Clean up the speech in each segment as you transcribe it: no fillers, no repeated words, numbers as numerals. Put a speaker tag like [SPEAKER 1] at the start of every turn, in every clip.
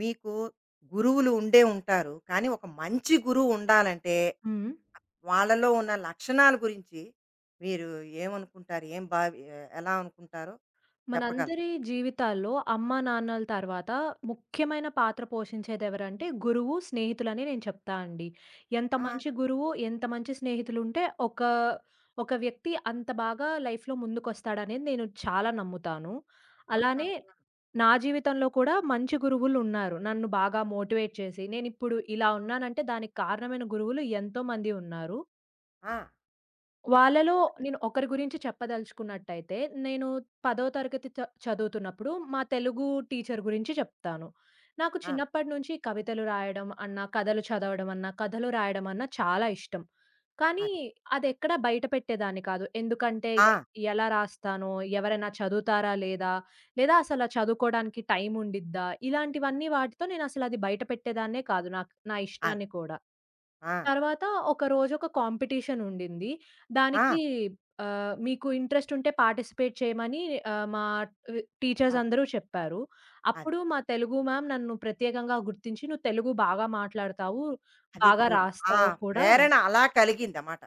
[SPEAKER 1] మీకు గురువులు ఉండే ఉంటారు. కానీ ఒక మంచి గురువు ఉండాలంటే,
[SPEAKER 2] హ్మ్.
[SPEAKER 1] వాళ్ళలో ఉన్న లక్షణాల గురించి మీరు ఏమనుకుంటారు? ఎలా అనుకుంటారో చెప్పగలరా?
[SPEAKER 2] మనందరి జీవితాల్లో అమ్మా, నాన్నల తర్వాత ముఖ్యమైన పాత్ర పోషించేదెవరంటే గురువు, స్నేహితులని నేను చెప్తా అండి. ఎంత
[SPEAKER 1] ఆ!
[SPEAKER 2] మంచి గురువు, ఎంత మంచి స్నేహితులుంటే ఒక ఒక వ్యక్తి అంత బాగా లైఫ్‌లో ముందుకొస్తాడనేది నేను చాలా నమ్ముతాను.
[SPEAKER 1] ఆహా!
[SPEAKER 2] అలానే నా జీవితంలో కూడా మంచి గురువులున్నారు. నన్ను బాగా మోటివేట్ చేసి నేనిప్పుడు ఇలా ఉన్నానంటే దానికి కారణమైన గురువులు ఎంతోమంది ఉన్నారు.
[SPEAKER 1] ఆ!
[SPEAKER 2] వాళ్ళలో నేను ఒకరి గురించి చెప్పదలుచుకున్నట్టయితే, నేను 10వ తరగతి చదువుతున్నప్పుడు మా తెలుగు టీచర్ గురించి చెప్తాను. నాకు
[SPEAKER 1] ఆ!
[SPEAKER 2] చిన్నప్పటి నుంచి కవితలు రాయడం అన్నా, కథలు చదవడం అన్నా, కథలు రాయడం అన్నా చాలా ఇష్టం. కానీ
[SPEAKER 1] అది.
[SPEAKER 2] అదెక్కడ బయట పెట్టేదాన్ని కాదు. ఎందుకంటే
[SPEAKER 1] ఆ!
[SPEAKER 2] ఎలా రాస్తానో, ఎవరైనా చదువుతారా లేదా? లేదా అసల చదువుకోడానికి టైం ఉండిద్దా? ఇలాంటివన్నీ వాటితో నేనసలది బయట పెట్టేదాన్నే కాదు. నాకు నా
[SPEAKER 1] అది.
[SPEAKER 2] ఇష్టాన్ని కూడా.
[SPEAKER 1] ఆ!
[SPEAKER 2] తర్వాత ఒకరోజు ఒక కాంపిటీషన్ ఉండింది. దానికి
[SPEAKER 1] ఆ!
[SPEAKER 2] మీకు ఇంట్రెస్ట్ ఉంటే పార్టిసిపేట్ చేయమని మా టీచర్స్
[SPEAKER 1] అది.
[SPEAKER 2] అందరూ చెప్పారు.
[SPEAKER 1] అది.
[SPEAKER 2] అప్పుడు మా తెలుగు మ్యామ్ నన్ను ప్రత్యేకంగా గుర్తించి "నువ్వు తెలుగు బాగా మాట్లాడతావు,
[SPEAKER 1] అది
[SPEAKER 2] బాగా
[SPEAKER 1] చూడు. ఆ
[SPEAKER 2] రాస్తావు కూడా".
[SPEAKER 1] ప్రేరణ అలా కలిగిందమాట.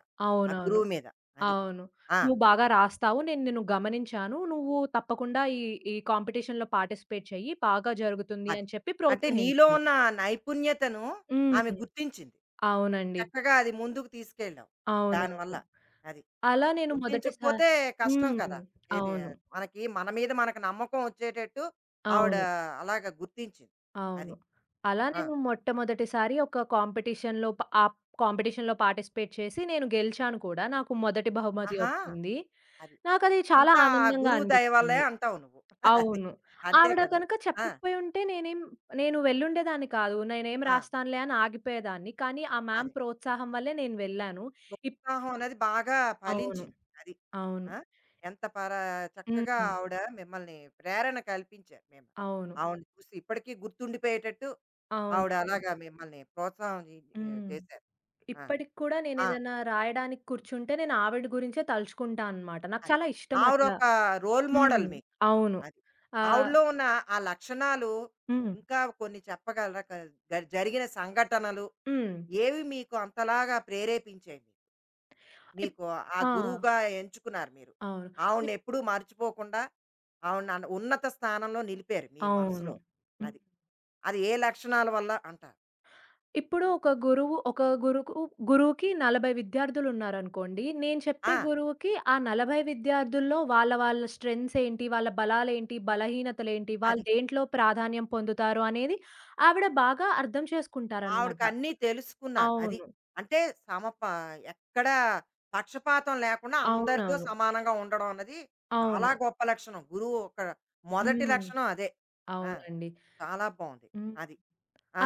[SPEAKER 1] ఆ
[SPEAKER 2] అవునవును.
[SPEAKER 1] గురువు మీద. అది.
[SPEAKER 2] అవును.
[SPEAKER 1] ఆ!
[SPEAKER 2] "నువ్వు బాగా రాస్తావు. నేను నిన్ను గమనించాను. నువ్వు తప్పకుండా ఈ ఈ కాంపిటీషన్‌లో పార్టిసిపేట్ చెయ్యి. బాగా జరుగుతుంది"
[SPEAKER 1] అది.
[SPEAKER 2] అని చెప్పి
[SPEAKER 1] అంటే నీలో
[SPEAKER 2] ప్రోత్సహించారు.
[SPEAKER 1] ఉన్న నైపుణ్యతను ఆమె
[SPEAKER 2] హ్మ్.
[SPEAKER 1] గుర్తించింది.
[SPEAKER 2] అవునండి.
[SPEAKER 1] చక్కగా అది ముందుకు తీసుకెళ్ళావు. దానివల్ల.
[SPEAKER 2] అవునవును.
[SPEAKER 1] అది.
[SPEAKER 2] అలా నేను మొదటిసారి.
[SPEAKER 1] గుర్తించకపోతే కష్టం
[SPEAKER 2] హ్మ్.
[SPEAKER 1] కదా! ఏది
[SPEAKER 2] అవును.
[SPEAKER 1] మనకి మన మీద మనకు నమ్మకం వచ్చేటట్టు ఆవిడ
[SPEAKER 2] అవును.
[SPEAKER 1] అలాగా గుర్తించింది. అది.
[SPEAKER 2] అవును. అలా
[SPEAKER 1] ఆ!
[SPEAKER 2] నేను మొట్టమొదటిసారి ఒక కాంపిటీషన్‌లో ప ఆ కాంపిటీషన్‌లో పార్టిసిపేట్ చేసి నేను గెలిచాను కూడా. నాకు మొదటి బహుమతి
[SPEAKER 1] ఆహా!
[SPEAKER 2] వచ్చింది.
[SPEAKER 1] అది.
[SPEAKER 2] నాకది చాలా
[SPEAKER 1] అంతా ఆ
[SPEAKER 2] ఆనందంగా
[SPEAKER 1] గురువు దయ వల్లే
[SPEAKER 2] అనిపించింది.
[SPEAKER 1] అంటావు నువ్వు. అది.
[SPEAKER 2] అవును.
[SPEAKER 1] అంతే
[SPEAKER 2] ఆవిడ
[SPEAKER 1] కదా!
[SPEAKER 2] కనుక
[SPEAKER 1] ఆ!
[SPEAKER 2] చెప్పకపోయి ఉంటే నేను వెళ్ళుండేదాన్ని కాదు. నేనేం
[SPEAKER 1] ఆ!
[SPEAKER 2] రాస్తానులే అని ఆగిపోయేదాన్ని. కానీ ఆ మ్యామ్
[SPEAKER 1] అదే.
[SPEAKER 2] ప్రోత్సాహం వల్లే నేను వెళ్ళాను. ఇప్
[SPEAKER 1] ఉత్సాహం అనేది బాగా
[SPEAKER 2] అవును.
[SPEAKER 1] ఫలించింది. అది.
[SPEAKER 2] అవును.
[SPEAKER 1] ఆ! ఎంత పరా చక్కగా
[SPEAKER 2] హ్మ్.
[SPEAKER 1] ఆవిడ మిమ్మల్ని ప్రేరణ కల్పించారు మేము.
[SPEAKER 2] అవును.
[SPEAKER 1] ఆవిడని చూసి ఇప్పటికీ గుర్తుండిపోయేటట్టు ఆవిడ
[SPEAKER 2] అవునవును.
[SPEAKER 1] అలాగా మిమ్మల్ని ప్రోత్సాహం
[SPEAKER 2] హ్మ్.
[SPEAKER 1] చేశారు. ఆ!
[SPEAKER 2] ఇప్పటికి కూడా
[SPEAKER 1] ఆ!
[SPEAKER 2] నేనేదన్నా రాయడానికి కూర్చుంటే, నేను ఆవిడ గురించే తలుచుకుంటా అనమాట. నాకు
[SPEAKER 1] అది.
[SPEAKER 2] చాలా ఇష్టం అట్లా.
[SPEAKER 1] ఆవిడొక రోల్
[SPEAKER 2] హ్మ్.
[SPEAKER 1] మోడల్ మీకు.
[SPEAKER 2] అవును.
[SPEAKER 1] అది.
[SPEAKER 2] ఆహ్,
[SPEAKER 1] ఆవిడలో ఉన్న ఆ లక్షణాలు
[SPEAKER 2] హ్మ్.
[SPEAKER 1] ఇంకా కొన్ని చెప్పగలరా? క గ జరిగిన సంఘటనలు
[SPEAKER 2] హ్మ్.
[SPEAKER 1] ఏవి మీకు అంతలాగా ప్రేరేపించాయి? మీకు
[SPEAKER 2] ఇప్
[SPEAKER 1] మీకు ఆ
[SPEAKER 2] ఆ!
[SPEAKER 1] గురువుగా ఎంచుకున్నారు మీరు.
[SPEAKER 2] అవును. ఇప్
[SPEAKER 1] ఆవిడనెప్పుడూ మర్చిపోకుండా ఆవిడని ఉన్నత స్థానంలో నిలిపారు మీ
[SPEAKER 2] అవును.
[SPEAKER 1] మనసులో.
[SPEAKER 2] హ్మ్.
[SPEAKER 1] అది. అది ఏ లక్షణాల వల్ల అంటారు?
[SPEAKER 2] ఇప్పుడు ఒక గురువు ఒక గురుకు గురువుకి 40 విద్యార్థులున్నారనుకోండి. నేను చెప్పే
[SPEAKER 1] ఆ!
[SPEAKER 2] గురువుకి ఆ 40 విద్యార్థుల్లో వాళ్ళ స్ట్రెంగ్త్స్ ఏంటి? వాళ్ళ బలాలేంటి? బలహీనతలేంటి? వాళ్ళు
[SPEAKER 1] అది.
[SPEAKER 2] దేంట్లో ప్రాధాన్యం పొందుతారు అనేది ఆవిడ బాగా అర్థం చేసుకుంటారనమాట.
[SPEAKER 1] ఆవిడకన్నీ తెలుసుకున్నారు. అది.
[SPEAKER 2] అవును.
[SPEAKER 1] అంటే సమపా ఎక్కడా పక్షపాతం లేకుండా అందరితో
[SPEAKER 2] అవునవును.
[SPEAKER 1] సమానంగా ఉండడం అన్నది
[SPEAKER 2] అవును.
[SPEAKER 1] చాలా గొప్ప లక్షణం. గురువు ఒక మొదటి
[SPEAKER 2] హ్మ్.
[SPEAKER 1] లక్షణం అదే. ఆ!
[SPEAKER 2] అవునండి.
[SPEAKER 1] చాలా బావుంది.
[SPEAKER 2] హ్మ్.
[SPEAKER 1] అది.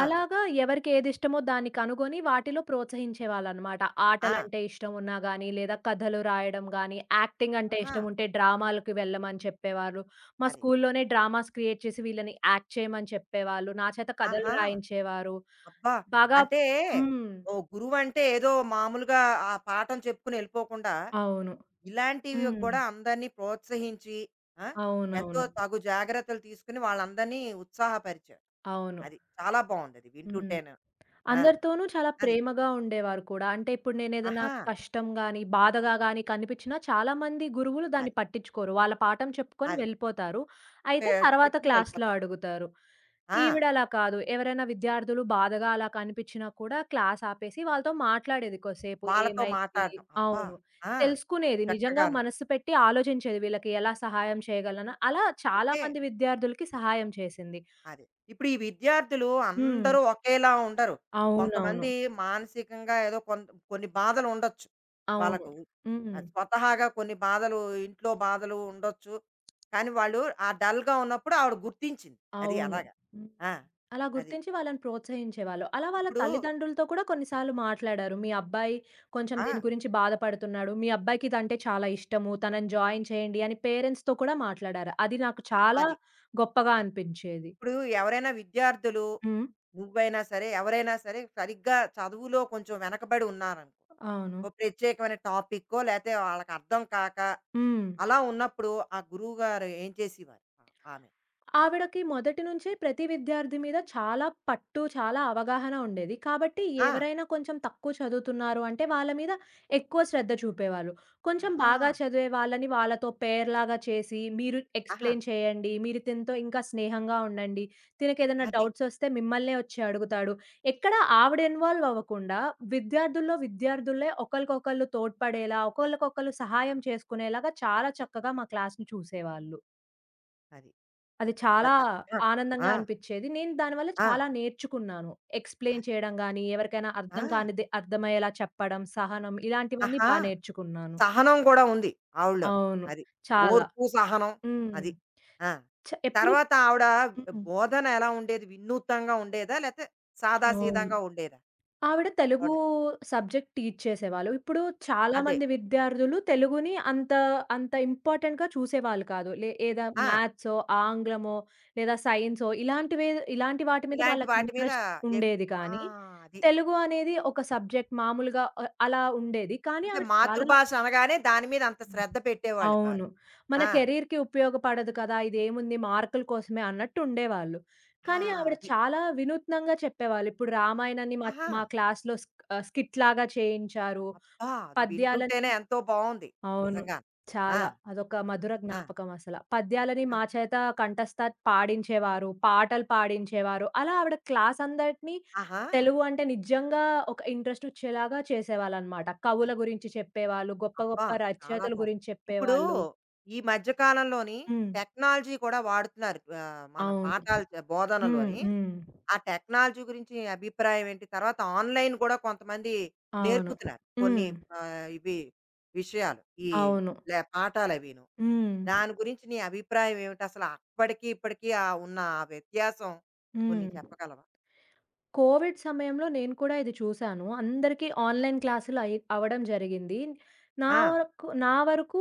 [SPEAKER 1] ఆ!
[SPEAKER 2] అలాగా ఎవరికేదిష్టమో దాన్ని కనుగొని వాటిలో ప్రోత్సహించేవాళ్ళనమాట.
[SPEAKER 1] ఆ!
[SPEAKER 2] ఆటలంటే ఇష్టమున్నా గానీ, లేదా కథలు రాయడం గానీ, యాక్టింగ్ అంటే
[SPEAKER 1] ఆహా!
[SPEAKER 2] ఇష్టముంటే డ్రామాలకి వెళ్ళమని చెప్పేవారు. మా
[SPEAKER 1] అది.
[SPEAKER 2] స్కూల్లోనే డ్రామాస్ క్రియేట్ చేసి వీళ్ళని యాక్ట్ చేయమని చెప్పేవాళ్ళు. నా చేత కథలు
[SPEAKER 1] ఆహా!
[SPEAKER 2] రాయించేవారు.
[SPEAKER 1] అబ్బా!
[SPEAKER 2] బాగా.
[SPEAKER 1] అంటే
[SPEAKER 2] హ్మ్.
[SPEAKER 1] ఓ గురువంటే ఏదో మామూలుగా ఆ పాఠం చెప్పుకుని ఎళ్ళిపోకుండా,
[SPEAKER 2] అవును.
[SPEAKER 1] ఇలాంటివి
[SPEAKER 2] హ్మ్.
[SPEAKER 1] గూడా అందరినీ ప్రోత్సహించి, ఆ! ఎంతో
[SPEAKER 2] అవునవును.
[SPEAKER 1] తగు జాగ్రత్తలు తీసుకుని వాళ్ళందరినీ ఉత్సాహపరిచారు.
[SPEAKER 2] అవును.
[SPEAKER 1] అది. చాలా బావుందది
[SPEAKER 2] హ్మ్.
[SPEAKER 1] వింటుంటేను. ఆ!
[SPEAKER 2] అందరితోనూ చాలా
[SPEAKER 1] అది.
[SPEAKER 2] ప్రేమగా ఉండేవారు కూడా. అంటే ఇప్పుడు నేనేదైనా
[SPEAKER 1] ఆహా!
[SPEAKER 2] కష్టం గాని, బాధగా గాని కనిపించినా చాలామంది గురువులు దాన్ని
[SPEAKER 1] అది.
[SPEAKER 2] పట్టించుకోరు. వాళ్ళ పాఠం చెప్పుకొని
[SPEAKER 1] అది.
[SPEAKER 2] వెళ్ళిపోతారు.
[SPEAKER 1] పె
[SPEAKER 2] అయితే తర్వాత
[SPEAKER 1] పెట్టుకొని
[SPEAKER 2] క్లాస్‌లో
[SPEAKER 1] వెళ్ళిపోతారు.
[SPEAKER 2] అడుగుతారు.
[SPEAKER 1] ఆ!
[SPEAKER 2] ఈవిడ అలా కాదు. ఎవరైనా విద్యార్థులు బాధగా అలా కనిపించినా కూడా క్లాస్ ఆపేసి వాళ్ళతో మాట్లాడేది కొద్దిసేపు.
[SPEAKER 1] వాళ్ళతో
[SPEAKER 2] ఏమైంది?
[SPEAKER 1] మాట్లాడడం. అబ్బా!
[SPEAKER 2] అవును.
[SPEAKER 1] ఆ!
[SPEAKER 2] తెలుసుకునేది. నిజంగా
[SPEAKER 1] చక్కగాను.
[SPEAKER 2] మనస్సు పెట్టి ఆలోచించేది. వీళ్ళకి ఎలా సహాయం చేయగలను? అలా
[SPEAKER 1] అంటే
[SPEAKER 2] చాలామంది విద్యార్థులకి సహాయం చేసింది.
[SPEAKER 1] అదే. ఇప్పుడు ఈ విద్యార్థులు
[SPEAKER 2] హ్మ్.
[SPEAKER 1] అందరూ ఒకేలా ఉండరు.
[SPEAKER 2] అవునవును.
[SPEAKER 1] కొంతమంది మానసికంగా ఏదో కొంత కొన్ని బాధలు ఉండొచ్చు
[SPEAKER 2] అవును.
[SPEAKER 1] వాళ్ళకు.
[SPEAKER 2] హ్మ్.
[SPEAKER 1] స్వతహాగా కొన్ని బాధలు, ఇంట్లో బాధలు ఉండొచ్చు. కానీ వాళ్ళు ఆ డల్‌గా ఉన్నప్పుడు ఆవిడ గుర్తించింది. అది
[SPEAKER 2] అవును.
[SPEAKER 1] అలాగా.
[SPEAKER 2] హ్మ్.
[SPEAKER 1] ఆ!
[SPEAKER 2] అలా
[SPEAKER 1] అది.
[SPEAKER 2] గుర్తించి వాళ్ళని ప్రోత్సహించేవాళ్ళు. అలా వాళ్ళ
[SPEAKER 1] ఇప్పుడు
[SPEAKER 2] తల్లిదండ్రులతో కూడా కొన్నిసార్లు మాట్లాడారు. మీ అబ్బాయి కొంచెం దీని
[SPEAKER 1] ఆ!
[SPEAKER 2] గురించి బాధపడుతున్నాడు. మీ అబ్బాయికి ఇదంటే చాలా ఇష్టము. తనని జాయిన్ చేయండి అని పేరెంట్స్‌తో కూడా మాట్లాడారా? అది నాకు చాలా
[SPEAKER 1] అది.
[SPEAKER 2] గొప్పగా
[SPEAKER 1] అది.
[SPEAKER 2] అనిపించేది.
[SPEAKER 1] ఇప్పుడు ఎవరైనా విద్యార్థులు,
[SPEAKER 2] హ్మ్.
[SPEAKER 1] నువ్వైనా సరే, ఎవరైనా సరే సరిగ్గా చదువులో కొంచెం వెనకబడి ఉన్నారనుకో.
[SPEAKER 2] అవును.
[SPEAKER 1] ఓ ప్రత్యేకమైన టాపిక్కో లేతే వాళ్ళకి అర్థం కాక
[SPEAKER 2] హ్మ్.
[SPEAKER 1] అలా ఉన్నప్పుడు ఆ గురువుగారు ఏం చేసేవారు? ఆ! ఆమె.
[SPEAKER 2] ఆవిడకి మొదటి నుంచే ప్రతి విద్యార్థి మీద చాలా పట్టు, చాలా అవగాహన ఉండేది. కాబట్టి
[SPEAKER 1] ఆ!
[SPEAKER 2] ఎవరైనా కొంచెం తక్కువ చదువుతున్నారు అంటే వాళ్ళ మీద ఎక్కువ శ్రద్ధ చూపేవాళ్ళు. కొంచెం
[SPEAKER 1] ఆహా!
[SPEAKER 2] బాగా చదివే వాళ్ళని వాళ్ళతో పెయిర్‌లాగా చేసి, మీరు
[SPEAKER 1] ఆహా!
[SPEAKER 2] ఎక్స్‌ప్లెయిన్ చేయండి, మీరు తినతో ఇంకా స్నేహంగా ఉండండి, తినకేదైనా
[SPEAKER 1] అది.
[SPEAKER 2] డౌట్స్ వస్తే మిమ్మల్నే వచ్చి అడుగుతాడు. ఎక్కడ ఆవిడ ఇన్వాల్వ్ అవ్వకుండా విద్యార్థుల్లో విద్యార్థులే ఒకళ్ళకొకళ్ళు తోడ్పడేలా, ఒకళ్ళకొకళ్ళు సహాయం చేసుకునేలాగా చాలా చక్కగా మా క్లాస్‌ని చూసేవాళ్ళు.
[SPEAKER 1] అది.
[SPEAKER 2] అది చాలా
[SPEAKER 1] ఆ!
[SPEAKER 2] ఆనందంగా
[SPEAKER 1] ఆ!
[SPEAKER 2] అనిపిచ్చేది. నేను దానివల్ల
[SPEAKER 1] ఆ!
[SPEAKER 2] చాలా నేర్చుకున్నాను.
[SPEAKER 1] ఆ!
[SPEAKER 2] ఎక్స్‌ప్లెయిన్ చేయడం గాని, ఎవరికైనా
[SPEAKER 1] ఆ!
[SPEAKER 2] అర్థం కానిది అర్థమయ్యేలా చెప్పడం, సహనం ఇలాంటివన్నీ
[SPEAKER 1] ఆహా!
[SPEAKER 2] నేర్చుకున్నాను.
[SPEAKER 1] సహనం కూడా ఉంది ఆవిడలో.
[SPEAKER 2] అవును.
[SPEAKER 1] అది.
[SPEAKER 2] చాలా.
[SPEAKER 1] ఓర్పు, సహనం
[SPEAKER 2] హ్మ్.
[SPEAKER 1] అది. ఆ!
[SPEAKER 2] చ ఎప్పుడు
[SPEAKER 1] తర్వాత ఆవిడ
[SPEAKER 2] హ్మ్.
[SPEAKER 1] బోధన ఎలా ఉండేది? వినూత్నంగా ఉండేదా? లేతే
[SPEAKER 2] అవును.
[SPEAKER 1] సాదాసీదంగా ఉండేదా
[SPEAKER 2] ఆవిడ తెలుగు
[SPEAKER 1] ఆవిడ?
[SPEAKER 2] సబ్జెక్ట్ టీచ్ చేసేవాళ్ళు. ఇప్పుడు
[SPEAKER 1] అదే.
[SPEAKER 2] చాలామంది విద్యార్థులు అంత ఇంపార్టెంట్‌గా చూసేవాళ్ళు కాదు. ఏదా
[SPEAKER 1] ఆ!
[SPEAKER 2] మ్యాథ్సో, ఆంగ్లమో లేదా సైన్సో ఇలాంటి వాటి మీద
[SPEAKER 1] ఇలాంటి
[SPEAKER 2] వాళ్ళకి
[SPEAKER 1] వాటి మీద
[SPEAKER 2] ఇంట్రెస్ట్
[SPEAKER 1] ఎక్
[SPEAKER 2] ఉండేది
[SPEAKER 1] ఆ!
[SPEAKER 2] కానీ,
[SPEAKER 1] అది.
[SPEAKER 2] తెలుగు అనేది ఒక సబ్జెక్ట్ మామూలుగా అలా ఉండేది. కానీ
[SPEAKER 1] అంటే
[SPEAKER 2] ఆవిడ చాలా.
[SPEAKER 1] మాతృభాష అనగానే దాని మీద అంత
[SPEAKER 2] హ్మ్.
[SPEAKER 1] శ్రద్ధ పెట్టేవాళ్ళు కాదు.
[SPEAKER 2] అవును. మన
[SPEAKER 1] ఆ!
[SPEAKER 2] కెరీర్‌కి ఉపయోగపడదు కదా! ఇదేముంది మార్కుల కోసమే అన్నట్టు ఉండేవాళ్ళు.
[SPEAKER 1] ఆ!
[SPEAKER 2] కానీ ఆవిడ
[SPEAKER 1] అది.
[SPEAKER 2] చాలా వినూత్నంగా చెప్పేవాళ్ళు. ఇప్పుడు రామాయణాన్ని మా
[SPEAKER 1] ఆహా!
[SPEAKER 2] మా క్లాస్‌లో స్కిట్‌లాగా చేయించారు.
[SPEAKER 1] అబ్బా! అది
[SPEAKER 2] పద్యాలని.
[SPEAKER 1] వింటుంటేనే ఎంతో బావుంది.
[SPEAKER 2] అవును.
[SPEAKER 1] నిజంగా. ఆ!
[SPEAKER 2] చాలా. అదొక మధుర
[SPEAKER 1] ఆ!
[SPEAKER 2] జ్ఞాపకం అసల. పద్యాలని
[SPEAKER 1] ఆ!
[SPEAKER 2] మా చేత కంఠస్థ పాడించేవారు. పాటలు పాడించేవారు. అలా ఆవిడ క్లాస్ అందరిని
[SPEAKER 1] ఆహా!
[SPEAKER 2] తెలుగు అంటే నిజంగా ఒక ఇంట్రెస్ట్ వచ్చేలాగా చేసేవాళ్ళనమాట. కవుల గురించి చెప్పేవాళ్ళు. గొప్ప
[SPEAKER 1] అబ్బా!
[SPEAKER 2] గొప్ప
[SPEAKER 1] చాలా
[SPEAKER 2] రచయితల
[SPEAKER 1] బావుంది.
[SPEAKER 2] గురించి
[SPEAKER 1] ఇప్పుడు
[SPEAKER 2] చెప్పేవాళ్ళు.
[SPEAKER 1] ఈ మధ్య కాలంలోని
[SPEAKER 2] హ్మ్.
[SPEAKER 1] టెక్నాలజీ కూడా వాడుతున్నారు. మన
[SPEAKER 2] అవును.
[SPEAKER 1] పాఠాలు
[SPEAKER 2] హ్మ్.
[SPEAKER 1] బోధనలోని.
[SPEAKER 2] హ్మ్.
[SPEAKER 1] ఆ టెక్నాలజీ గురించి నీ అభిప్రాయం ఏంటి? తర్వాత ఆన్‌లైన్ కూడా కొంతమంది
[SPEAKER 2] అవును.
[SPEAKER 1] నేర్పుతున్నారు. కొన్ని
[SPEAKER 2] హ్మ్.
[SPEAKER 1] ఇవి విషయాలు. ఈ
[SPEAKER 2] అవును.
[SPEAKER 1] పాఠాలవీను.
[SPEAKER 2] హ్మ్.
[SPEAKER 1] దాని గురించి నీ అభిప్రాయం ఏమిటి? అసలు అప్పటికి, ఇప్పటికి ఆ ఉన్న ఆ వ్యత్యాసం కొన్ని
[SPEAKER 2] హ్మ్.
[SPEAKER 1] చెప్పగలవా?
[SPEAKER 2] కోవిడ్ సమయంలో నేను కూడా ఇది చూసాను. అందరికీ ఆన్‌లైన్ క్లాసులు అయి అవ్వడం జరిగింది. నా
[SPEAKER 1] ఆ!
[SPEAKER 2] వరకు నా వరకు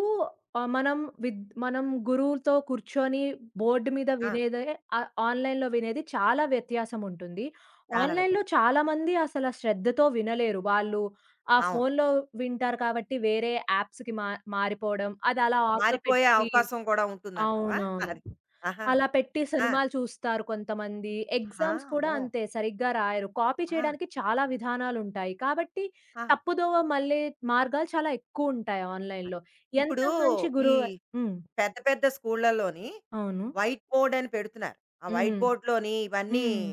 [SPEAKER 2] మనం మనం గురువుతో కూర్చొని బోర్డ్ మీద
[SPEAKER 1] ఆ!
[SPEAKER 2] వినేదే ఆన్‌లైన్‌లో వినేది చాలా వ్యత్యాసం ఉంటుంది.
[SPEAKER 1] చాలా
[SPEAKER 2] ఆన్‌లైన్‌లో
[SPEAKER 1] వ్యత్యాసం.
[SPEAKER 2] చాలామంది అసల శ్రద్ధతో వినలేరు. వాళ్ళు ఆ
[SPEAKER 1] అవును.
[SPEAKER 2] ఫోన్‌లో వింటారు కాబట్టి వేరే యాప్స్‌కి మారిపోవడం, అది అలా ఆన్‌లో
[SPEAKER 1] మారిపోయే
[SPEAKER 2] పెట్టి.
[SPEAKER 1] అవకాశం కూడా ఉంటుందంటావా?
[SPEAKER 2] అవునవును.
[SPEAKER 1] అది. ఆహా!
[SPEAKER 2] అలా పెట్టి
[SPEAKER 1] ఆ!
[SPEAKER 2] సినిమాలు చూస్తారు కొంతమంది.
[SPEAKER 1] ఆహా!
[SPEAKER 2] ఎగ్జామ్స్ కూడా
[SPEAKER 1] అమ్మో!
[SPEAKER 2] అంతే సరిగ్గా రాయరు. కాపీ
[SPEAKER 1] ఆ!
[SPEAKER 2] చేయడానికి చాలా విధానాలుంటాయి. కాబట్టి
[SPEAKER 1] ఆ!
[SPEAKER 2] తప్పుదోవ మళ్ళే మార్గాలు చాలా ఎక్కువుంటాయి
[SPEAKER 1] అది.
[SPEAKER 2] ఆన్‌లైన్‌లో. ఎంత
[SPEAKER 1] ఇప్పుడు
[SPEAKER 2] మంచి
[SPEAKER 1] ఈ
[SPEAKER 2] గురువు. హ్మ్.
[SPEAKER 1] పెద్ద పెద్ద స్కూళ్ళలోని
[SPEAKER 2] అవును.
[SPEAKER 1] వైట్ బోర్డ్ అని పెడుతున్నారు. ఆ వైట్
[SPEAKER 2] హ్మ్.
[SPEAKER 1] బోర్డ్‌లోని ఇవన్నీ
[SPEAKER 2] హ్మ్.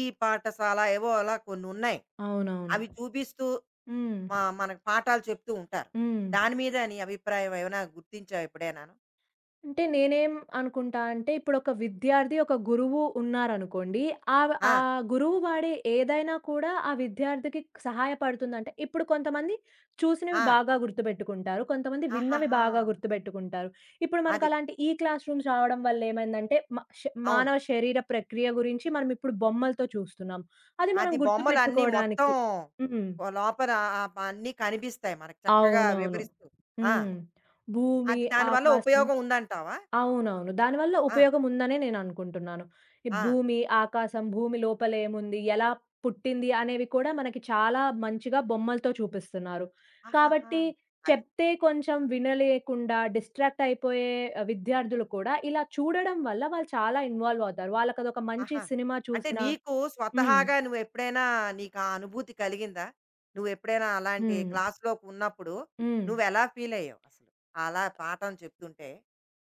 [SPEAKER 1] ఈ పాఠశాల ఏవో అలా కొన్నున్నాయి.
[SPEAKER 2] అవునవును.
[SPEAKER 1] అవి చూపిస్తూ
[SPEAKER 2] హ్మ్.
[SPEAKER 1] మనకు పాఠాలు చెప్తూ ఉంటారు.
[SPEAKER 2] హ్మ్.
[SPEAKER 1] దాని మీద నీ అభిప్రాయం ఏమైనా గుర్తించావా ఎప్పుడైనాను?
[SPEAKER 2] అంటే నేనేం అనుకుంటా అంటే, ఇప్పుడొక విద్యార్థి, ఒక గురువు ఉన్నారనుకోండి. ఆవ్ ఆ
[SPEAKER 1] ఆ!
[SPEAKER 2] గురువు వాడే ఏదైనా కూడా ఆ విద్యార్థికి సహాయపడుతుందంట. ఇప్పుడు కొంతమంది చూసినవి
[SPEAKER 1] ఆ!
[SPEAKER 2] బాగా గుర్తుపెట్టుకుంటారు. కొంతమంది విన్నవి
[SPEAKER 1] ఆహాహా!
[SPEAKER 2] బాగా గుర్తుపెట్టుకుంటారు. ఇప్పుడు
[SPEAKER 1] అది.
[SPEAKER 2] మనకలాంటి ఈ క్లాస్ రూమ్స్ రావడం వల్ల ఏమైందంటే, మ ష
[SPEAKER 1] అవును.
[SPEAKER 2] మానవ శరీర ప్రక్రియ గురించి మనం ఇప్పుడు బొమ్మలతో చూస్తున్నాం. అది మనం
[SPEAKER 1] అది బొమ్మలన్నీ మొత్తం
[SPEAKER 2] గుర్తుపెట్టుకోవడానికి. హ్మ్.
[SPEAKER 1] ఓ లోపల అన్నీ కనిపిస్తాయి మనకు చక్కగా
[SPEAKER 2] అవునవును.
[SPEAKER 1] వివరిస్తూ. ఆ!
[SPEAKER 2] హ్మ్. భూమి,
[SPEAKER 1] అది దానివల్ల
[SPEAKER 2] ఆకాశం.
[SPEAKER 1] ఉపయోగం ఉందంటావా?
[SPEAKER 2] అవునవును. దానివల్ల
[SPEAKER 1] ఆ!
[SPEAKER 2] ఉపయోగం ఉందనే నేననుకుంటున్నాను. ఈ
[SPEAKER 1] ఆ!
[SPEAKER 2] భూమి, ఆకాశం, భూమి లోపలేముంది, ఎలా పుట్టింది అనేవి కూడా మనకి చాలా మంచిగా బొమ్మలతో చూపిస్తున్నారు.
[SPEAKER 1] ఆహాహా!
[SPEAKER 2] కాబట్టి
[SPEAKER 1] అది.
[SPEAKER 2] చెప్తే కొంచెం వినలేకుండా డిస్ట్రాక్ట్ అయిపోయే విద్యార్థులు కూడా ఇలా చూడడం వల్ల వాళ్ళు చాలా ఇన్వాల్వ్ అవుతారు. వాళ్ళకదొక మంచి
[SPEAKER 1] ఆహా!
[SPEAKER 2] సినిమా
[SPEAKER 1] అంటే
[SPEAKER 2] చూసినా.
[SPEAKER 1] నీకు
[SPEAKER 2] హ్మ్.
[SPEAKER 1] స్వతహాగా నువ్వెప్పుడైనా నీకా అనుభూతి కలిగిందా? నువ్వెప్పుడైనా అలాంటి
[SPEAKER 2] హ్మ్.
[SPEAKER 1] క్లాస్‌లోకున్నప్పుడు
[SPEAKER 2] హ్మ్.
[SPEAKER 1] నువ్వెలా ఫీలయ్యావు అసలు? అలా పాఠం చెప్తుంటే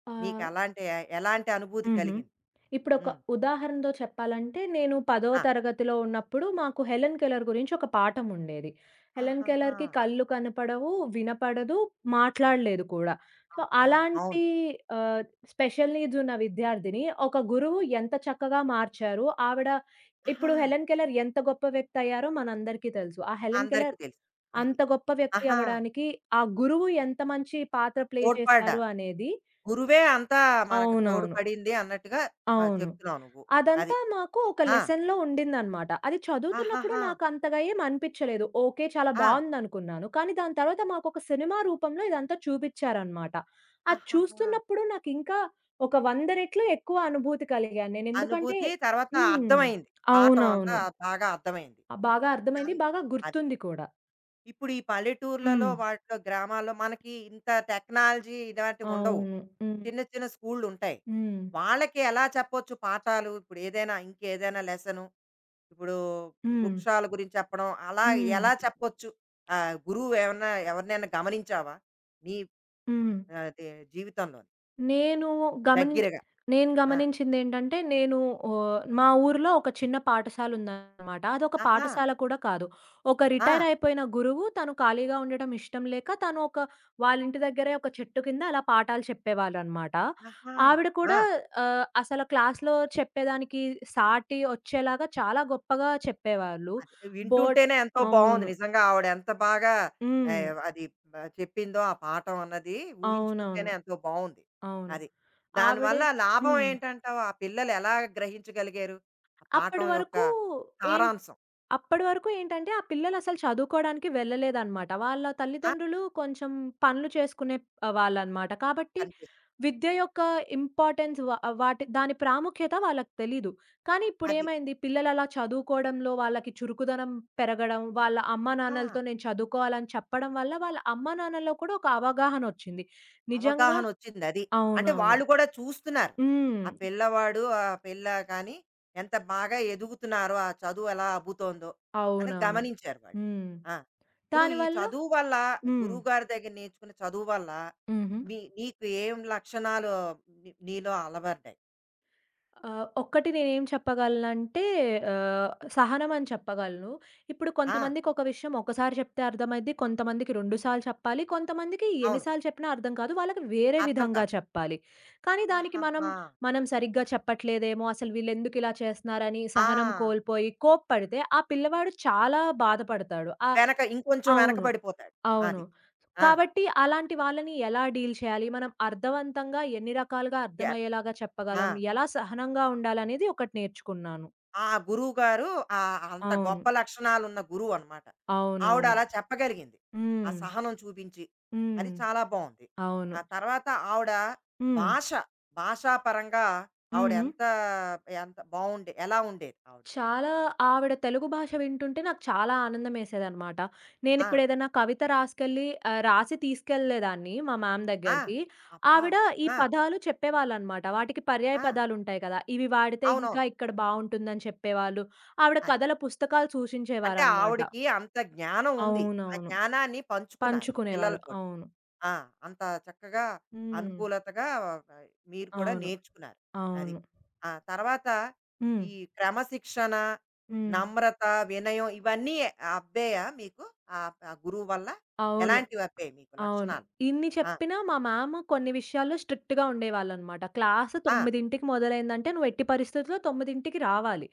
[SPEAKER 2] ఆ!
[SPEAKER 1] నీకలాంటి ఎలాంటి అనుభూతి
[SPEAKER 2] హుహు.
[SPEAKER 1] కలిగింది?
[SPEAKER 2] ఇప్పుడొక
[SPEAKER 1] హ్మ్.
[SPEAKER 2] ఉదాహరణతో చెప్పాలంటే, నేను 10వ
[SPEAKER 1] ఆ!
[SPEAKER 2] తరగతిలో ఉన్నప్పుడు మాకు 'హెలెన్ కెల్లర్' గురించి ఒక పాఠం ఉండేది. 'హెలెన్
[SPEAKER 1] ఆహాహా!
[SPEAKER 2] కెల్లర్‌కి' కళ్ళు కనపడవు, వినపడదు, మాట్లాడలేదు కూడా. సో,
[SPEAKER 1] అబ్బా! అవును.
[SPEAKER 2] అలాంటి ఆహ్, స్పెషల్ నీడ్స్ ఉన్న విద్యార్థిని ఒక గురువు ఎంత చక్కగా మార్చారు. ఆవిడ.
[SPEAKER 1] ఆహా!
[SPEAKER 2] ఇప్పుడు 'హెలెన్ కెల్లర్' ఎంత గొప్ప వ్యక్తి అయ్యారో మనందరికీ తెలుసు. ఆ 'హెలెన్
[SPEAKER 1] అందరికీ
[SPEAKER 2] కెల్లర్'
[SPEAKER 1] తెలుసు. అది.
[SPEAKER 2] అంత గొప్ప వ్యక్తి
[SPEAKER 1] ఆహా!
[SPEAKER 2] అవ్వడానికి, ఆ గురువు ఎంత మంచి పాత్ర ప్లే చేశారు
[SPEAKER 1] తోడ్పడ్డారు.
[SPEAKER 2] అనేది.
[SPEAKER 1] గురువే అంతా మనకు
[SPEAKER 2] అవునవును.
[SPEAKER 1] తోడ్పడింది అన్నట్టుగా
[SPEAKER 2] అవును.
[SPEAKER 1] చెప్తున్నావు నువ్వు. అది.
[SPEAKER 2] అదంతా నాకు ఒక
[SPEAKER 1] ఆ!
[SPEAKER 2] లెసన్‌లో ఉండిందనమాట. అది చదువుతున్నప్పుడు
[SPEAKER 1] ఆహాహా!
[SPEAKER 2] నాకంతగా ఏం అనిపిచ్చలేదు. ఓకే. చాలా
[SPEAKER 1] ఆ!
[SPEAKER 2] బావుందనుకున్నాను. కానీ దాని తర్వాత మాకొక సినిమా రూపంలో ఇదంతా చూపిచ్చారనమాట. అది
[SPEAKER 1] ఆహాహా!
[SPEAKER 2] చూస్తున్నప్పుడు నాకింకా ఒక 100 రెట్లు ఎక్కువ అనుభూతి కలిగాను నేను. ఎందుకంటే.
[SPEAKER 1] అనుభూతి తర్వాత
[SPEAKER 2] హ్మ్.
[SPEAKER 1] అర్థమైంది. పాఠం అంతా
[SPEAKER 2] అవునవును.
[SPEAKER 1] బాగా అర్థమైంది.
[SPEAKER 2] బాగా అర్థమైంది.
[SPEAKER 1] అన్
[SPEAKER 2] బాగా
[SPEAKER 1] అది.
[SPEAKER 2] గుర్తుంది కూడా.
[SPEAKER 1] ఇప్పుడు ఈ పల్లెటూర్లలో
[SPEAKER 2] హ్మ్.
[SPEAKER 1] వాటిలో గ్రామాల్లో మనకి ఇంత టెక్నాలజీ ఇలాంటివి ఉండవు.
[SPEAKER 2] అవును. హ్మ్.
[SPEAKER 1] చిన్న చిన్న స్కూళ్ళుంటాయి.
[SPEAKER 2] హ్మ్.
[SPEAKER 1] వాళ్ళకి ఎలా చెప్పొచ్చు పాఠాలు? ఇప్పుడు ఏదైనా ఇంకేదైనా లెసను ఇప్పుడు
[SPEAKER 2] హ్మ్.
[SPEAKER 1] వృక్షాల గురించి చెప్పడం అలా
[SPEAKER 2] హ్మ్.
[SPEAKER 1] ఎలా చెప్పొచ్చు? గురువు ఏమన్నా ఎవరినైనా గమనించావా? నీ
[SPEAKER 2] హ్మ్.
[SPEAKER 1] ఆహ్, దే జీవితంలోని
[SPEAKER 2] నేను గమనించి
[SPEAKER 1] దగ్గరగా?
[SPEAKER 2] నేను
[SPEAKER 1] ఆ!
[SPEAKER 2] గమనించిందేంటంటే, నేను. ఓహ్, మా ఊర్లో ఒక చిన్న పాఠశాలుందనమాట. అదొక
[SPEAKER 1] ఆహా!
[SPEAKER 2] పాఠశాల కూడా కాదు. ఒక
[SPEAKER 1] ఆ!
[SPEAKER 2] రిటైర్ అయిపోయిన గురువు తను ఖాళీగా ఉండడం ఇష్టం లేక, తను ఒక వాళ్ళింటి దగ్గరే ఒక చెట్టు కింద అలా పాఠాలు చెప్పేవాళ్ళనమాట.
[SPEAKER 1] ఆహా!
[SPEAKER 2] ఆవిడ
[SPEAKER 1] ఆ!
[SPEAKER 2] కూడా అసల క్లాస్‌లో చెప్పేదానికి సాటి వచ్చేలాగా చాలా గొప్పగా చెప్పేవాళ్ళు.
[SPEAKER 1] అది.
[SPEAKER 2] బోర్డ్.
[SPEAKER 1] వింటుంటేనే ఎంతో బావుంది.
[SPEAKER 2] అవును.
[SPEAKER 1] నిజంగా ఆవిడ ఎంత బాగా
[SPEAKER 2] హ్మ్.
[SPEAKER 1] అది చెప్పిందో ఆ పాఠం అన్నది
[SPEAKER 2] అవునవును.
[SPEAKER 1] ఊహించుకుంటేనే ఎంతో బావుంది.
[SPEAKER 2] అవును.
[SPEAKER 1] అది.
[SPEAKER 2] ఆవిడే.
[SPEAKER 1] దానివల్ల లాభం
[SPEAKER 2] హ్మ్.
[SPEAKER 1] ఏంటంటావు? ఆ పిల్లలు ఎలా గ్రహించగలిగారు? ఆ
[SPEAKER 2] అప్పడి
[SPEAKER 1] పాఠం యొక్క
[SPEAKER 2] వరకు ఏం
[SPEAKER 1] సారాంశం.
[SPEAKER 2] అప్పడి వరకు ఏంటంటే, ఆ పిల్లలసలు చదువుకోడానికి వెళ్ళలేదనమాట. వాళ్ళ
[SPEAKER 1] ఆ!
[SPEAKER 2] తల్లిదండ్రులు కొంచెం పనులు చేసుకునే వాళ్ళనమాట. కాబట్టి
[SPEAKER 1] పనిచేసింది.
[SPEAKER 2] విద్య యొక్క ఇంపార్టెన్స్ వ వాటి దాని ప్రాముఖ్యత వాళ్ళకి తెలీదు. కానీ
[SPEAKER 1] అది.
[SPEAKER 2] ఇప్పుడేమైంది, పిల్లలలా చదువుకోవడంలో వాళ్ళకి చురుకుదనం పెరగడం, వాళ్ళ
[SPEAKER 1] ఆ!
[SPEAKER 2] అమ్మానాన్నలతో నేను చదువుకోవాలని చెప్పడం వల్ల, వాళ్ళ అమ్మానాన్నల్లో కూడా ఒక అవగాహనొచ్చింది. నిజంగా.
[SPEAKER 1] అవగాహనొచ్చిందది. అంటే
[SPEAKER 2] అవునవును.
[SPEAKER 1] వాళ్ళు కూడా చూస్తున్నారు.
[SPEAKER 2] హ్మ్.
[SPEAKER 1] ఆ పిల్లవాడు, ఆ పిల్ల కానీ ఎంత బాగా ఎదుగుతున్నారో, ఆ చదువు ఎలా అబ్బుతోందో అనేది
[SPEAKER 2] అవునవును.
[SPEAKER 1] గమనించారు వాళ్ళు.
[SPEAKER 2] హ్మ్.
[SPEAKER 1] ఆ! ఇప్పుడు ఈ
[SPEAKER 2] దానివల్ల.
[SPEAKER 1] చదువు వల్ల
[SPEAKER 2] హ్మ్.
[SPEAKER 1] గురువుగారి దగ్గర నేర్చుకున్న చదువు వల్ల
[SPEAKER 2] హుహు.
[SPEAKER 1] నీకు ఏం లక్షణాలు నీలో అలవడ్డాయి?
[SPEAKER 2] ఒక్కటి నేనేం చెప్పగలనంటే సహనం అని చెప్పగలను. ఇప్పుడు
[SPEAKER 1] ఆ!
[SPEAKER 2] కొంతమందికొక విషయం ఒకసారి చెప్తే అర్థమైద్ది. కొంతమందికి 2 సార్లు చెప్పాలి. కొంతమందికి ఎన్ని
[SPEAKER 1] అవును.
[SPEAKER 2] సార్లు చెప్పినా అర్థం కాదు. వాళ్ళకి వేరే
[SPEAKER 1] అర్థం
[SPEAKER 2] విధంగా
[SPEAKER 1] కాదు.
[SPEAKER 2] చెప్పాలి. కానీ దానికి
[SPEAKER 1] ఆహాహా!
[SPEAKER 2] మనం సరిగ్గా చెప్పట్లేదేమో, అసలు వీళ్ళెందుకిలా చేస్తున్నారని
[SPEAKER 1] ఆ!
[SPEAKER 2] సహనం కోల్పోయి కోప్పడితే ఆ పిల్లవాడు చాలా బాధపడతాడు. ఆ.
[SPEAKER 1] వెనక ఇంకొంచెం వెనక
[SPEAKER 2] అవును.
[SPEAKER 1] పడిపోతాడు.
[SPEAKER 2] అవును.
[SPEAKER 1] అది. ఆ!
[SPEAKER 2] కాబట్టి అలాంటి వాళ్ళని ఎలా డీల్ చేయాలి? మనం అర్థవంతంగా ఎన్ని రకాలుగా
[SPEAKER 1] ఎ
[SPEAKER 2] అర్థమయ్యేలాగా
[SPEAKER 1] ఆ!
[SPEAKER 2] చెప్పగలం? ఎలా సహనంగా ఉండాలనేది ఒకటి నేర్చుకున్నాను.
[SPEAKER 1] ఆ గురువుగారు అంత
[SPEAKER 2] అవును.
[SPEAKER 1] గొప్ప లక్షణాలున్న గురువనమాట. ఆవిడ
[SPEAKER 2] అవునవును.
[SPEAKER 1] అలా చెప్పగలిగింది. ఆ
[SPEAKER 2] హ్మ్.
[SPEAKER 1] సహనం చూపించి.
[SPEAKER 2] హ్మ్.
[SPEAKER 1] అది చాలా బావుంది.
[SPEAKER 2] అవును.
[SPEAKER 1] ఆ తర్వాత ఆవిడ
[SPEAKER 2] హ్మ్.
[SPEAKER 1] భాష, భాషాపరంగా ఆవిడ
[SPEAKER 2] హుహు.
[SPEAKER 1] ఎంత, ఎంత బావుండే ఎలా ఉండేది ఆవిడది?
[SPEAKER 2] చాలా. ఆవిడ తెలుగు భాష వింటుంటే నాకు చాలా ఆనందమేసేదనమాట.
[SPEAKER 1] ఆ!
[SPEAKER 2] నేనిప్పుడేదన్నా కవిత రాసుకెళ్ళి రాసి తీసుకెళ్ళేదాన్ని మా మ్యామ్
[SPEAKER 1] ఆ!
[SPEAKER 2] దగ్గరికి.
[SPEAKER 1] అబ్బా!
[SPEAKER 2] ఆవిడ ఈ
[SPEAKER 1] ఆ!
[SPEAKER 2] పదాలు చెప్పేవాళ్ళనమాట. వాటికి పర్యాయ
[SPEAKER 1] ఆ!
[SPEAKER 2] పదాలుంటాయి కదా! ఇవి వాడితే ఇంకా
[SPEAKER 1] అవునవును.
[SPEAKER 2] ఇక్కడ బావుంటుందని చెప్పేవాళ్ళు. ఆవిడ
[SPEAKER 1] అది.
[SPEAKER 2] కథల పుస్తకాలు
[SPEAKER 1] అంటే
[SPEAKER 2] సూచించేవారనమాట.
[SPEAKER 1] ఆవిడకి అంత జ్ఞానం ఉంది. ఆ
[SPEAKER 2] అవునవును.
[SPEAKER 1] జ్ఞానాన్ని పంచుకున్నారు
[SPEAKER 2] పంచుకునేవారు.
[SPEAKER 1] పిల్లలతోటి.
[SPEAKER 2] అవును.
[SPEAKER 1] ఆ! అంత చక్కగా
[SPEAKER 2] హ్మ్.
[SPEAKER 1] అనుకూలతగా ఆ, మీరు కూడా
[SPEAKER 2] అవును.
[SPEAKER 1] నేర్చుకున్నారు. అది.
[SPEAKER 2] అవును.
[SPEAKER 1] ఆ తర్వాత
[SPEAKER 2] హ్మ్.
[SPEAKER 1] ఈ క్రమశిక్షణ,
[SPEAKER 2] హ్మ్.
[SPEAKER 1] నమ్రత, వినయం ఇవన్నీ అబ్బాయా మీకు? ఆ గురువు వల్ల?
[SPEAKER 2] అవును.
[SPEAKER 1] ఎలాంటివి అబ్బాయి మీకు
[SPEAKER 2] అవును.
[SPEAKER 1] లక్షణాలు?
[SPEAKER 2] ఇన్ని
[SPEAKER 1] ఆ!
[SPEAKER 2] చెప్పినా మా మ్యామ్ కొన్ని విషయాల్లో స్ట్రిక్ట్‌గా ఉండేవాళ్ళనమాట. క్లాస్
[SPEAKER 1] ఆ!
[SPEAKER 2] 9కి మొదలైందంటే నువ్వు ఎట్టి పరిస్థితుల్లో 9కి రావాలి.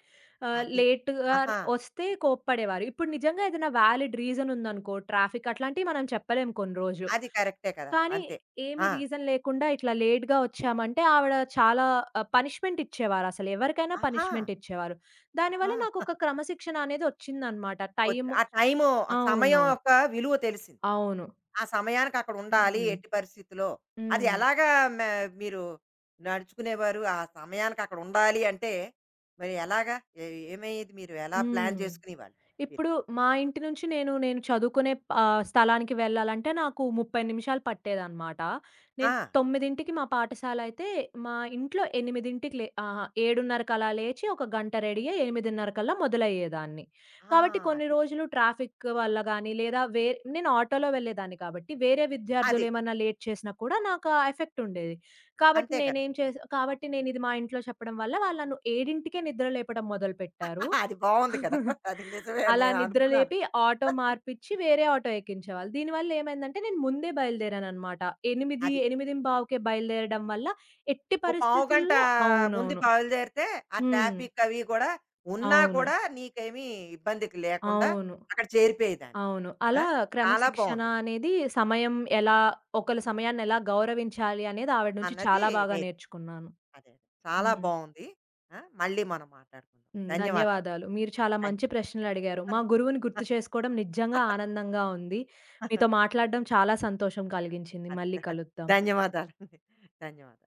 [SPEAKER 1] అది.
[SPEAKER 2] లేట్‌గా
[SPEAKER 1] ఆహా!
[SPEAKER 2] వస్తే కోప్పడేవారు. ఇప్పుడు నిజంగా ఏదైనా వ్యాలిడ్ రీజన్ ఉందనుకో ట్రాఫిక్ అట్లాంటివి మనం చెప్పలేం కొన్ని రోజులు.
[SPEAKER 1] అది కరెక్టే కదా!
[SPEAKER 2] కానీ
[SPEAKER 1] అంతే.
[SPEAKER 2] ఏమి
[SPEAKER 1] ఆ!
[SPEAKER 2] రీజన్ లేకుండా ఇట్లా లేట్‌గా వచ్చామంటే ఆవిడ చాలా పనిష్మెంట్ ఇచ్చేవారసలు. ఎవరికైనా
[SPEAKER 1] ఆహా!
[SPEAKER 2] పనిష్మెంట్ ఇచ్చేవారు. దానివల్ల
[SPEAKER 1] ఆహా!
[SPEAKER 2] నాకొక క్రమశిక్షణ అనేది వచ్చిందనమాట. టైం.
[SPEAKER 1] వచ్చి ఆ టైము, ఆ సమయం
[SPEAKER 2] అవునవును.
[SPEAKER 1] యొక్క విలువ తెలిసింది.
[SPEAKER 2] అవును.
[SPEAKER 1] ఆ సమయానికి అక్కడ ఉండాలి
[SPEAKER 2] హ్మ్.
[SPEAKER 1] ఎట్టి పరిస్థితిలో. అది
[SPEAKER 2] హ్మ్.
[SPEAKER 1] ఎలాగా మ మీరు నడుచుకునేవారు? ఆ సమయానికి అక్కడ ఉండాలి అంటే మరి ఎలాగా? ఏ ఏమయ్యేది? మీరు ఎలా ప్లాన్
[SPEAKER 2] హ్మ్.
[SPEAKER 1] చేసుకునేవాళ్ళు మీరు?
[SPEAKER 2] ఇప్పుడు మా ఇంటి నుంచి నేను చదువుకునే స్థలానికి వెళ్ళాలంటే నాకు 30 నిమిషాలు పట్టేదనమాట.
[SPEAKER 1] ఆ!
[SPEAKER 2] నేను 9కి మా పాఠశాల అయితే మా ఇంట్లో 8కి లే అహా! 7:30కలా లేచి ఒక గంట రెడీ అయ్యి 8:30 కల్లా మొదలయ్యేదాన్ని.
[SPEAKER 1] ఆ!
[SPEAKER 2] కాబట్టి కొన్ని
[SPEAKER 1] అది.
[SPEAKER 2] రోజులు ట్రాఫిక్ వల్ల గానీ, లేదా వే నేను ఆటోలో వెళ్ళేదాన్ని కాబట్టి వేరే
[SPEAKER 1] అది.
[SPEAKER 2] విద్యార్థులు ఏమన్నా లేట్ చేసినా కూడా నాకు ఆ ఎఫెక్ట్ ఉండేది. కాబట్టి
[SPEAKER 1] అంతే కదా!
[SPEAKER 2] నేనేం చేసా కాబట్టి నేనిది మా ఇంట్లో చెప్పడం వల్ల వాళ్ళు నన్ను 7కే నిద్ర లేపడం మొదలుపెట్టారు.
[SPEAKER 1] అది బావుంది కదా! అది నిజమే అని
[SPEAKER 2] అలా
[SPEAKER 1] నేను అనుకున్నాను.
[SPEAKER 2] నిద్రలేపి ఆటో మార్పిచ్చి వేరే ఆటో ఎక్కించేవాళ్ళు. దీనివల్ల ఏమైందంటే నేను ముందే బయలుదేరాననమాట. 8,
[SPEAKER 1] అది.
[SPEAKER 2] 8:15కే బయలుదేరడం వల్ల ఎట్టి
[SPEAKER 1] ఓ పావుగంట
[SPEAKER 2] పరిస్థితుల్లో.
[SPEAKER 1] ముందు
[SPEAKER 2] అవునవును.
[SPEAKER 1] బయలుదేరితే ఆ
[SPEAKER 2] హ్మ్.
[SPEAKER 1] ట్రాఫిక్ అవి కూడా ఉన్నా
[SPEAKER 2] అవును.
[SPEAKER 1] కూడా నీకేమీ ఇబ్బందికి లేకుండా
[SPEAKER 2] అవును.
[SPEAKER 1] అక్కడ చేరిపోయేదానివి.
[SPEAKER 2] అవును. అలా
[SPEAKER 1] ఆ! చాలా
[SPEAKER 2] క్రమశిక్షణ
[SPEAKER 1] బావుంది
[SPEAKER 2] అనేది సమయం ఎలా ఒకళ్ళ సమయాన్ని ఎలా గౌరవించాలి అనేది ఆవిడ నుంచి
[SPEAKER 1] అన్నది
[SPEAKER 2] చాలా బాగా
[SPEAKER 1] నే
[SPEAKER 2] నేర్చుకున్నాను.
[SPEAKER 1] అదే. అదే. చాలా
[SPEAKER 2] హ్మ్.
[SPEAKER 1] బావుంది. ఆ! మళ్ళీ మనం మాట్లాడుకుందాం.
[SPEAKER 2] హ్మ్.
[SPEAKER 1] ధన్యవాదాలు.
[SPEAKER 2] ధన్యవాదాలు. మీరు చాలా
[SPEAKER 1] ధన్య
[SPEAKER 2] మంచి ప్రశ్నలడిగారు. మా గురువుని గుర్తు చేసుకోవడం నిజంగా
[SPEAKER 1] అదే.
[SPEAKER 2] ఆనందంగా ఉంది. మీతో మాట్లాడడం చాలా సంతోషం కలిగించింది. మళ్ళీ కలుద్దాం.
[SPEAKER 1] ధన్యవాదాలండి. ధన్యవాదాలు.